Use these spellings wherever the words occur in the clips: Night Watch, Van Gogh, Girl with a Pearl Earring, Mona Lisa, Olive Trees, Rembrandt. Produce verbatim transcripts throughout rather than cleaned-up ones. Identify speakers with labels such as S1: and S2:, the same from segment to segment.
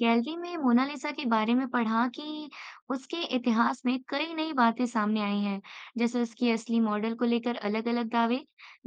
S1: Gallery में Mona Lisa के बारे में पढ़ा कि उसके इतिहास में कई नई बातें सामने आई हैं, जैसे उसकी असली मॉडल को लेकर अलग-अलग दावे।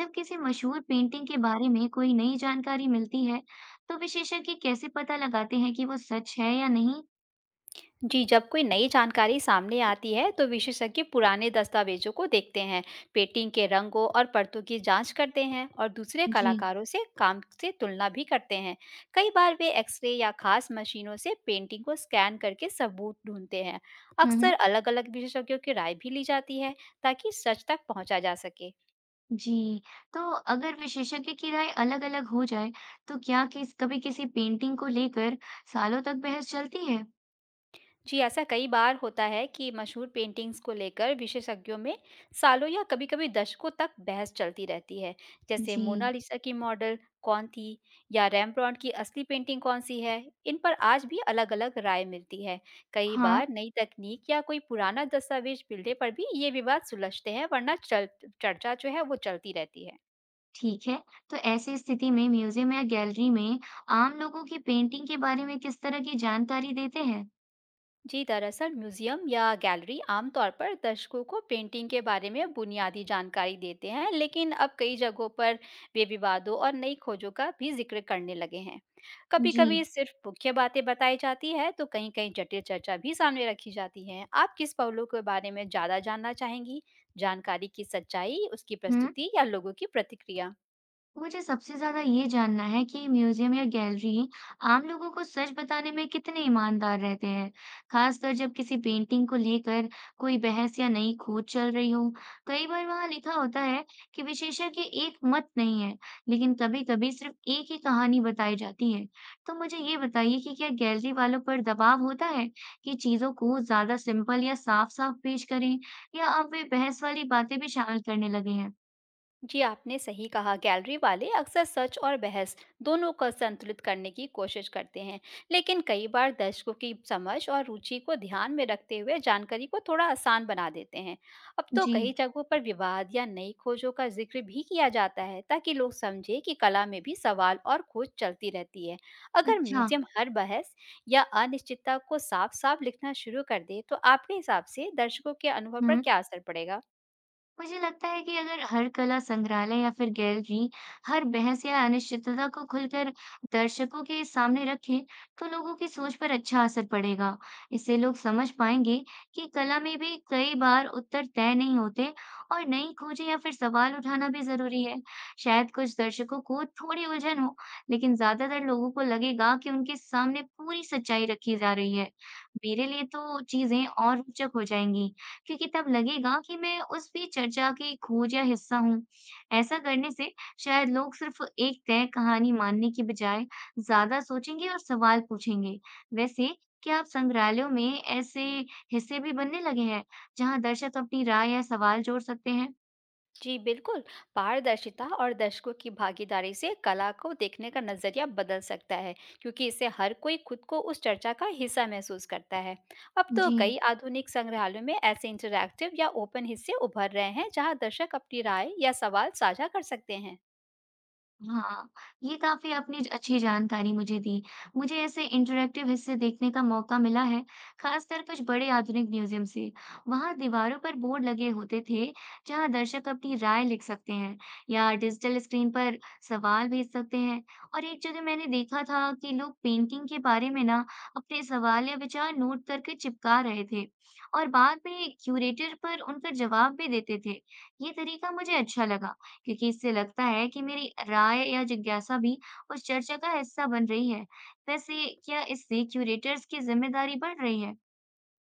S1: जब किसी मशहूर पेंटिंग के बारे में कोई नई जानकारी मिलती है, तो विशेषज्ञ कैसे पता लगाते हैं कि वो सच है या नहीं?
S2: जी, जब कोई नई जानकारी सामने आती है तो विशेषज्ञ पुराने दस्तावेजों को देखते हैं, पेंटिंग के रंगों और परतों की जांच करते हैं और दूसरे
S1: जी।
S2: कलाकारों से काम से तुलना भी करते हैं। कई बार वे एक्सरे या खास मशीनों से पेंटिंग को स्कैन करके सबूत ढूंढते हैं।
S1: हम्म
S2: अक्सर
S1: हम्म।
S2: अलग-अलग विशेषज्ञों की राय भी ली जाती है ताकि सच तक पहुंचा जा सके।
S1: जी, तो अगर विशेषज्ञ की राय अलग-अलग हो जाए, तो क्या किस कभी किसी पेंटिंग को लेकर सालों तक बहस चलती है?
S2: जी, ऐसा कई बार होता है कि मशहूर पेंटिंग्स को लेकर विशेषज्ञों में सालों या कभी-कभी दशकों तक बहस चलती रहती है। जैसे
S1: जी।
S2: मोनालिसा की मॉडल कौन थी या रैम्ब्रांड की असली पेंटिंग कौन-सी है, इन पर आज भी अलग-अलग राय मिलती है। कई
S1: हाँ।
S2: बार नई तकनीक या कोई पुराना दस्तावेज मिलने पर भी ये विवाद सुलझते हैं, वरना चल चर्चा जो है वो चलती रहती है।
S1: ठीक है। तो ऐसी स्थिति में म्यूजियम या गैलरी में आम लोगों की पेंटिंग के बारे में किस तरह की जानकारी देते हैं?
S2: जी दरअसल म्यूजियम या गैलरी आमतौर पर दर्शकों को पेंटिंग के बारे में बुनियादी जानकारी देते हैं, लेकिन अब कई जगहों पर वे विवादों और नई खोजों का भी जिक्र करने लगे हैं। कभी
S1: जी।
S2: कभी सिर्फ मुख्य बातें बताई जाती है तो कहीं कहीं जटिल चर्चा भी सामने रखी जाती है। आप किस पहलू के बारे में ज़्यादा जानना चाहेंगी? जानकारी की सच्चाई, उसकी प्रस्तुति या लोगों की प्रतिक्रिया?
S1: मुझे सबसे ज्यादा ये जानना है कि म्यूजियम या गैलरी आम लोगों को सच बताने में कितने ईमानदार रहते हैं, खासकर जब किसी पेंटिंग को लेकर कोई बहस या नई खोज चल रही हो। कई बार वहां लिखा होता है कि विशेषज्ञ एक मत नहीं है, लेकिन कभी-कभी सिर्फ एक ही कहानी बताई जाती है। तो मुझे ये बताइए कि क्या गैलरी वालों पर दबाव होता है कि चीजों को ज्यादा सिंपल या साफ-साफ पेश करें, या अब वे बहस वाली बातें भी शामिल करने लगे हैं?
S2: जी, आपने सही कहा। गैलरी वाले अक्सर सच और बहस दोनों को संतुलित करने की कोशिश करते हैं, लेकिन कई बार दर्शकों की समझ और रुचि को ध्यान में रखते हुए जानकारी को थोड़ा आसान बना देते हैं। अब तो
S1: जी,
S2: कई जगहों पर विवाद या नई खोजों का जिक्र भी किया जाता है, ताकि लोग समझे कि कला में भी सवाल और खोज चलती रहती है। अगर
S1: अच्छा।
S2: म्यूजियम हर बहस या अनिश्चितता को साफ साफ लिखना शुरू कर दे तो आपके हिसाब से दर्शकों के अनुभव पर
S1: हम्म
S2: क्या असर पड़ेगा?
S1: मुझे लगता है कि अगर हर कला संग्रहालय या फिर गैलरी हर बहस या अनिश्चितता को खुलकर दर्शकों के सामने रखे, तो लोगों की सोच पर अच्छा असर पड़ेगा। इससे लोग समझ पाएंगे कि कला में भी कई बार उत्तर तय नहीं होते और नई खोजें या फिर सवाल उठाना भी जरूरी है। शायद कुछ दर्शकों को थोड़ी उलझन हो, लेकिन ज्यादातर लोगों को लगेगा कि उनके सामने पूरी सच्चाई रखी जा रही है। मेरे लिए तो चीजें और रोचक हो जाएंगी। क्योंकि तब लगेगा कि मैं उस भी चर्चा की खोज या हिस्सा हूँ। ऐसा करने से शायद लोग सिर्फ एक तय कहानी मानने की बजाय ज़्यादा सोचेंगे और सवाल पूछेंगे। वैसे क्या आप संग्रहालयों में ऐसे हिस्से भी बनने लगे हैं, जहाँ दर्शक अपनी राय या सवाल जोड़ सकते हैं?
S2: जी बिल्कुल, पारदर्शिता और दर्शकों की भागीदारी से कला को देखने का नज़रिया बदल सकता है, क्योंकि इससे हर कोई खुद को उस चर्चा का हिस्सा महसूस करता है। अब तो
S1: जी।
S2: कई आधुनिक संग्रहालयों में ऐसे इंटरैक्टिव या ओपन हिस्से उभर रहे हैं, जहां दर्शक अपनी राय या सवाल साझा कर सकते हैं।
S1: हाँ, ये काफ़ी आपने ज अच्छी जानकारी मुझे दी। मुझे ऐसे इंटरैक्टिव हिस्से देखने का मौका मिला है, खासकर कुछ बड़े आधुनिक म्यूज़ियम से। वहाँ दीवारों पर बोर्ड लगे होते थे, जहाँ दर्शक अपनी राय लिख सकते हैं या डिजिटल स्क्रीन पर सवाल भेज सकते हैं। और एक जगह मैंने देखा था कि लोग पेंटिंग के बारे में ना अपने सवाल या विचार नोट करके चिपका रहे थे और बाद में क्यूरेटर पर उनका जवाब भी देते थे। ये तरीका मुझे अच्छा लगा। क्योंकि इससे लगता है कि मेरी राय या जिज्ञासा भी उस चर्चा का हिस्सा बन रही है। वैसे क्या इससे क्यूरेटर्स की जिम्मेदारी बढ़ रही है?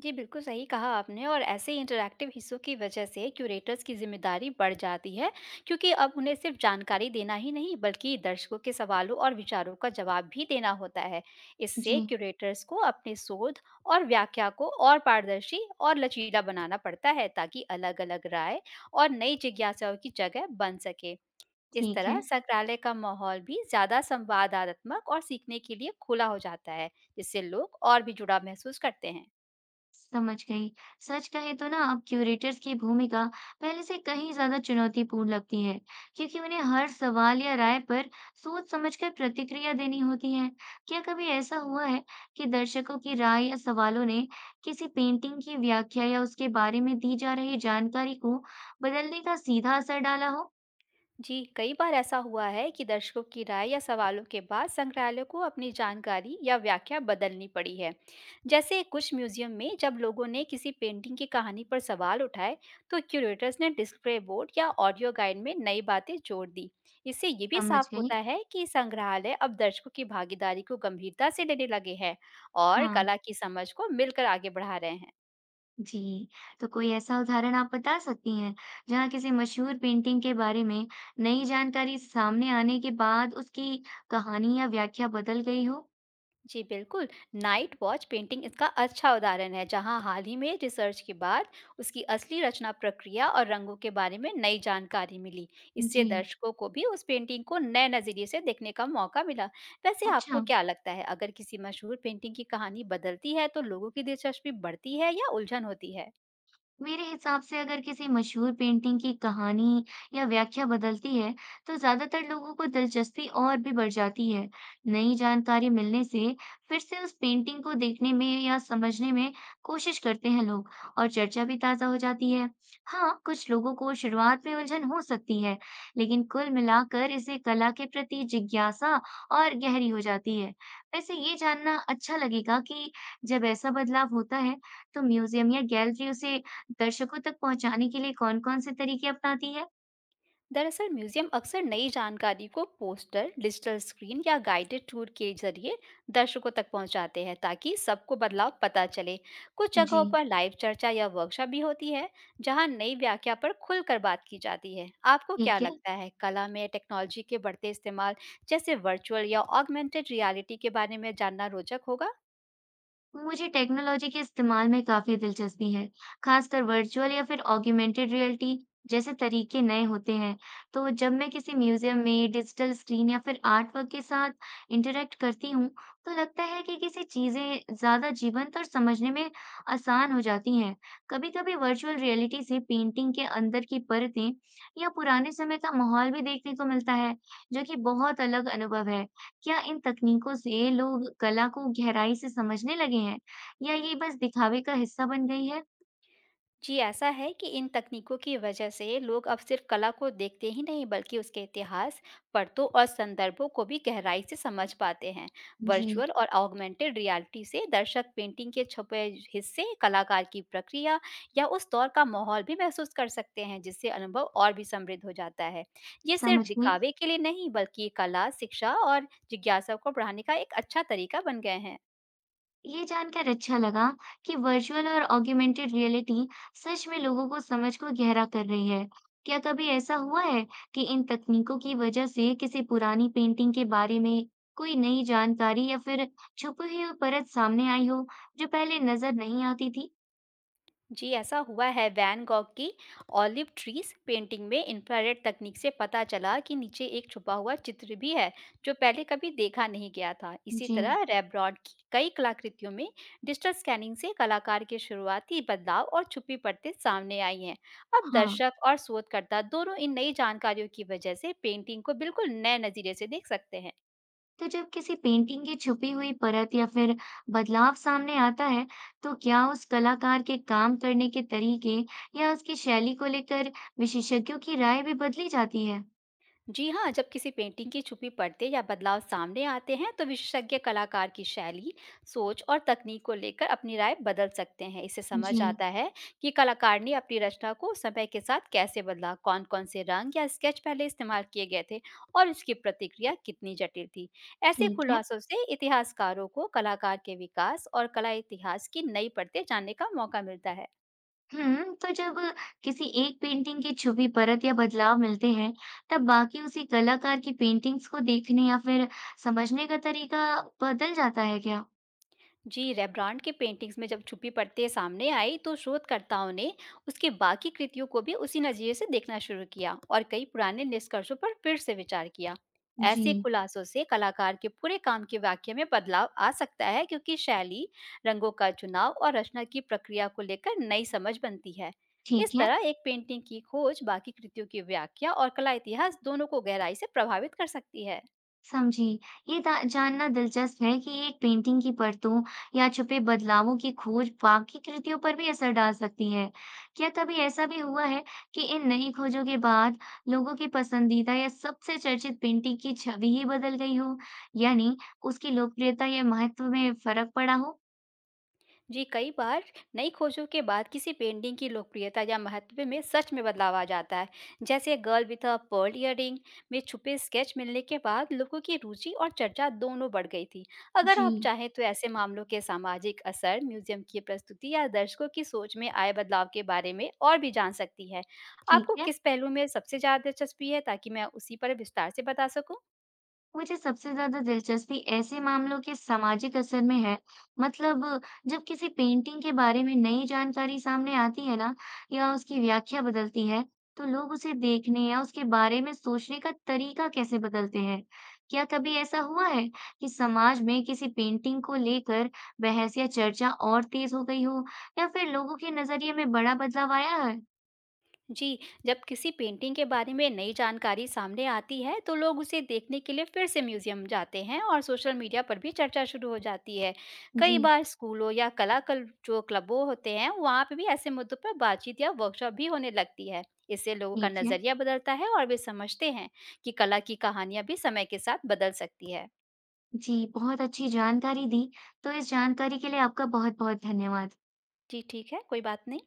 S2: जी, बिल्कुल सही कहा आपने। और ऐसे इंटरैक्टिव हिस्सों की वजह से क्यूरेटर्स की ज़िम्मेदारी बढ़ जाती है, क्योंकि अब उन्हें सिर्फ जानकारी देना ही नहीं बल्कि दर्शकों के सवालों और विचारों का जवाब भी देना होता है। इससे
S1: जी,
S2: क्यूरेटर्स को अपने शोध और व्याख्या को और पारदर्शी और लचीला बनाना पड़ता है, ताकि अलग-अलग राय और नई जिज्ञासाओं की जगह बन सके। इस
S1: ठीक
S2: तरह
S1: है।
S2: संग्रहालय का माहौल भी ज़्यादा संवादात्मक और सीखने के लिए खुला हो जाता है, जिससे लोग और भी जुड़ाव महसूस करते हैं।
S1: समझ गई। सच कहें तो ना अब क्यूरेटर्स की भूमिका पहले से कहीं ज़्यादा चुनौतीपूर्ण लगती है, क्योंकि उन्हें हर सवाल या राय पर सोच समझकर प्रतिक्रिया देनी होती है। क्या कभी ऐसा हुआ है कि दर्शकों की राय या सवालों ने किसी पेंटिंग की व्याख्या या उसके बारे में दी जा रही जानकारी को बदलने का सीधा असर डाला हो?
S2: जी, कई बार ऐसा हुआ है कि दर्शकों की राय या सवालों के बाद संग्रहालय को अपनी जानकारी या व्याख्या बदलनी पड़ी है। जैसे कुछ म्यूजियम में जब लोगों ने किसी पेंटिंग की कहानी पर सवाल उठाए तो क्यूरेटर्स ने डिस्प्ले बोर्ड या ऑडियो गाइड में नई बातें जोड़ दी। इससे ये भी
S1: समझ
S2: साफ होता
S1: गई।
S2: है कि संग्रहालय अब दर्शकों की भागीदारी को गंभीरता से लेने लगे हैं और
S1: हाँ।
S2: कला की समझ को मिलकर आगे बढ़ा रहे हैं।
S1: जी। तो कोई ऐसा उदाहरण आप बता सकती हैं जहाँ किसी मशहूर पेंटिंग के बारे में नई जानकारी सामने आने के बाद उसकी कहानी या व्याख्या बदल गई हो?
S2: जी बिल्कुल, नाइट वॉच पेंटिंग इसका अच्छा उदाहरण है, जहां हाल ही में रिसर्च के बाद उसकी असली रचना प्रक्रिया और रंगों के बारे में नई जानकारी मिली। इससे
S1: जी,
S2: दर्शकों को भी उस पेंटिंग को नए नज़रिए से देखने का मौका मिला। वैसे आपको
S1: अच्छा।
S2: क्या लगता है, अगर किसी मशहूर पेंटिंग की कहानी बदलती है, तो लोगों की दिलचस्पी बढ़ती है या उलझन होती है?
S1: मेरे हिसाब से अगर किसी मशहूर पेंटिंग की कहानी या व्याख्या बदलती है, तो ज्यादातर लोगों को दिलचस्पी और भी बढ़ जाती है। नई जानकारी मिलने से फिर से उस पेंटिंग को देखने में या समझने में कोशिश करते हैं लोग और चर्चा भी ताजा हो जाती है। हाँ, कुछ लोगों को शुरुआत में उलझन हो सकती है, लेकिन कुल मिलाकर इसे कला के प्रति जिज्ञासा और गहरी हो जाती है। वैसे ये जानना अच्छा लगेगा कि जब ऐसा बदलाव होता है, तो म्यूजियम या गैलरी उसे दर्शकों तक पहुँचाने के लिए कौन-कौन से तरीके अपनाती है?
S2: दरअसल म्यूजियम अक्सर नई जानकारी को पोस्टर, डिजिटल स्क्रीन या गाइडेड टूर के जरिए दर्शकों तक पहुंचाते हैं, ताकि सबको बदलाव पता चले। कुछ जगहों
S1: जी,
S2: पर लाइव चर्चा या वर्कशॉप भी होती है, जहां नई व्याख्या पर खुलकर बात की जाती है। आपको क्या
S1: ठीक है।
S2: लगता है, कला में टेक्नोलॉजी के बढ़ते इस्तेमाल जैसे वर्चुअल या ऑगमेंटेड रियलिटी के बारे में जानना रोचक होगा?
S1: मुझे टेक्नोलॉजी के इस्तेमाल में काफ़ी दिलचस्पी है, खासकर वर्चुअल या फिर ऑगमेंटेड रियलिटी जैसे तरीके नए होते हैं। तो जब मैं किसी म्यूज़ियम में डिजिटल स्क्रीन या फिर आर्टवर्क के साथ इंटरेक्ट करती हूँ, तो लगता है कि किसी चीज़ें ज़्यादा जीवंत और समझने में आसान हो जाती हैं। कभी-कभी वर्चुअल रियलिटी से पेंटिंग के अंदर की परतें या पुराने समय का माहौल भी देखने को मिलता है, जो कि बहुत अलग अनुभव है। क्या इन तकनीकों से लोग कला को गहराई से समझने लगे हैं या ये बस दिखावे का हिस्सा बन गई है?
S2: जी, ऐसा है कि इन तकनीकों की वजह से लोग अब सिर्फ कला को देखते ही नहीं बल्कि उसके इतिहास, परतों और संदर्भों को भी गहराई से समझ पाते हैं।
S1: जी,
S2: वर्चुअल और ऑगमेंटेड रियलिटी से दर्शक पेंटिंग के छुपे हिस्से, कलाकार की प्रक्रिया या उस दौर का माहौल भी महसूस कर सकते हैं, जिससे अनुभव और भी समृद्ध हो जाता है। ये सिर्फ
S1: समझ गई।
S2: दिखावे के लिए नहीं बल्कि कला, शिक्षा और जिज्ञासा को बढ़ाने का एक अच्छा तरीका बन गए हैं।
S1: ये जानकर अच्छा लगा कि वर्चुअल और ऑगमेंटेड रियलिटी सच में लोगों को समझ को गहरा कर रही है। क्या कभी ऐसा हुआ है कि इन तकनीकों की वजह से किसी पुरानी पेंटिंग के बारे में कोई नई जानकारी या फिर छुपी हुई परत सामने आई हो जो पहले नजर नहीं आती थी?
S2: जी, ऐसा हुआ है। वैन गॉग की ऑलिव ट्रीज पेंटिंग में इंफ्रारेड तकनीक से पता चला कि नीचे एक छुपा हुआ चित्र भी है, जो पहले कभी देखा नहीं गया था। इसी
S1: जी,
S2: तरह रेब्रॉड की कई कलाकृतियों में डिजिटल स्कैनिंग से कलाकार के शुरुआती बदलाव और छुपी परतें सामने आई हैं। अब
S1: हाँ।
S2: दर्शक और शोधकर्ता दोनों इन नई जानकारियों की वजह से पेंटिंग को बिल्कुल नए नज़रिए से देख सकते हैं।
S1: तो जब किसी पेंटिंग की छुपी हुई परत या फिर बदलाव सामने आता है, तो क्या उस कलाकार के काम करने के तरीके या उसकी शैली को लेकर विशेषज्ञों की राय भी बदली जाती है?
S2: जी हाँ, जब किसी पेंटिंग की छुपी परतें या बदलाव सामने आते हैं, तो विशेषज्ञ कलाकार की शैली, सोच और तकनीक को लेकर अपनी राय बदल सकते हैं। इससे
S1: जी,
S2: समझ आता है कि कलाकार ने अपनी रचना को समय के साथ कैसे बदला, कौन-कौन से रंग या स्केच पहले इस्तेमाल किए गए थे और इसकी प्रतिक्रिया कितनी जटिल थी। ऐसे
S1: ठीक है।
S2: खुलासों से इतिहासकारों को कलाकार के विकास और कला इतिहास की नई परतें जानने का मौका मिलता है।
S1: हम्म, तो जब किसी एक पेंटिंग की छुपी परत या बदलाव मिलते हैं, तब बाकी उसी कलाकार की पेंटिंग्स को देखने या फिर समझने का तरीका बदल जाता है क्या?
S2: जी, रेब्रांड के पेंटिंग्स में जब छुपी परतें सामने आई तो शोधकर्ताओं ने उसके बाकी कृतियों को भी उसी नज़रिए से देखना शुरू किया और कई पुराने निष्कर्षों पर फिर से विचार किया।
S1: जी,
S2: ऐसे खुलासों से कलाकार के पूरे काम की व्याख्या में बदलाव आ सकता है, क्योंकि शैली, रंगों का चुनाव और रचना की प्रक्रिया को लेकर नई समझ बनती है। इस
S1: ठीक है।
S2: तरह एक पेंटिंग की खोज बाकी कृतियों की व्याख्या और कला इतिहास दोनों को गहराई से प्रभावित कर सकती है।
S1: समझी। ये दा जानना दिलचस्प है कि एक पेंटिंग की परतों या छुपे बदलावों की खोज बाकी कृतियों पर भी असर डाल सकती है। क्या कभी ऐसा भी हुआ है कि इन नई खोजों के बाद लोगों की पसंदीदा या सबसे चर्चित पेंटिंग की छवि ही बदल गई हो, यानी उसकी लोकप्रियता या महत्व में फर्क पड़ा हो?
S2: जी, कई बार नई खोजों के बाद किसी पेंटिंग की लोकप्रियता या महत्व में सच में बदलाव आ जाता है। जैसे girl with a pearl earring में छुपे स्केच मिलने के बाद लोगों की रुचि और चर्चा दोनों बढ़ गई थी। अगर आप
S1: जी,
S2: चाहें तो ऐसे मामलों के सामाजिक असर, म्यूजियम की प्रस्तुति या दर्शकों की सोच में आए बदलाव के बारे में और भी जान सकती है।
S1: ठीक
S2: आपको
S1: है।
S2: किस पहलू में सबसे ज़्यादा दिलचस्पी है, ताकि मैं उसी पर विस्तार से बता सकूं?
S1: मुझे सबसे ज्यादा दिलचस्पी ऐसे मामलों के सामाजिक असर में है। मतलब, जब किसी पेंटिंग के बारे में नई जानकारी सामने आती है ना, या उसकी व्याख्या बदलती है, तो लोग उसे देखने या उसके बारे में सोचने का तरीका कैसे बदलते हैं? क्या कभी ऐसा हुआ है कि समाज में किसी पेंटिंग को लेकर बहस या चर्चा और तेज हो गई हो या फिर लोगों के नजरिए में बड़ा बदलाव आया है?
S2: जी, जब किसी पेंटिंग के बारे में नई जानकारी सामने आती है, तो लोग उसे देखने के लिए फिर से म्यूज़ियम जाते हैं और सोशल मीडिया पर भी चर्चा शुरू हो जाती है।
S1: जी,
S2: कई बार स्कूलों या कला कल जो क्लबों होते हैं, वहाँ पे भी ऐसे मुद्दों पर बातचीत या वर्कशॉप भी होने लगती है। इससे लोगों का
S1: ठीक है।
S2: नज़रिया बदलता है और वे समझते हैं कि कला की कहानियाँ भी समय के साथ बदल सकती है।
S1: जी, बहुत अच्छी जानकारी दी। तो इस जानकारी के लिए आपका बहुत बहुत धन्यवाद।
S2: जी, ठीक है, कोई बात नहीं।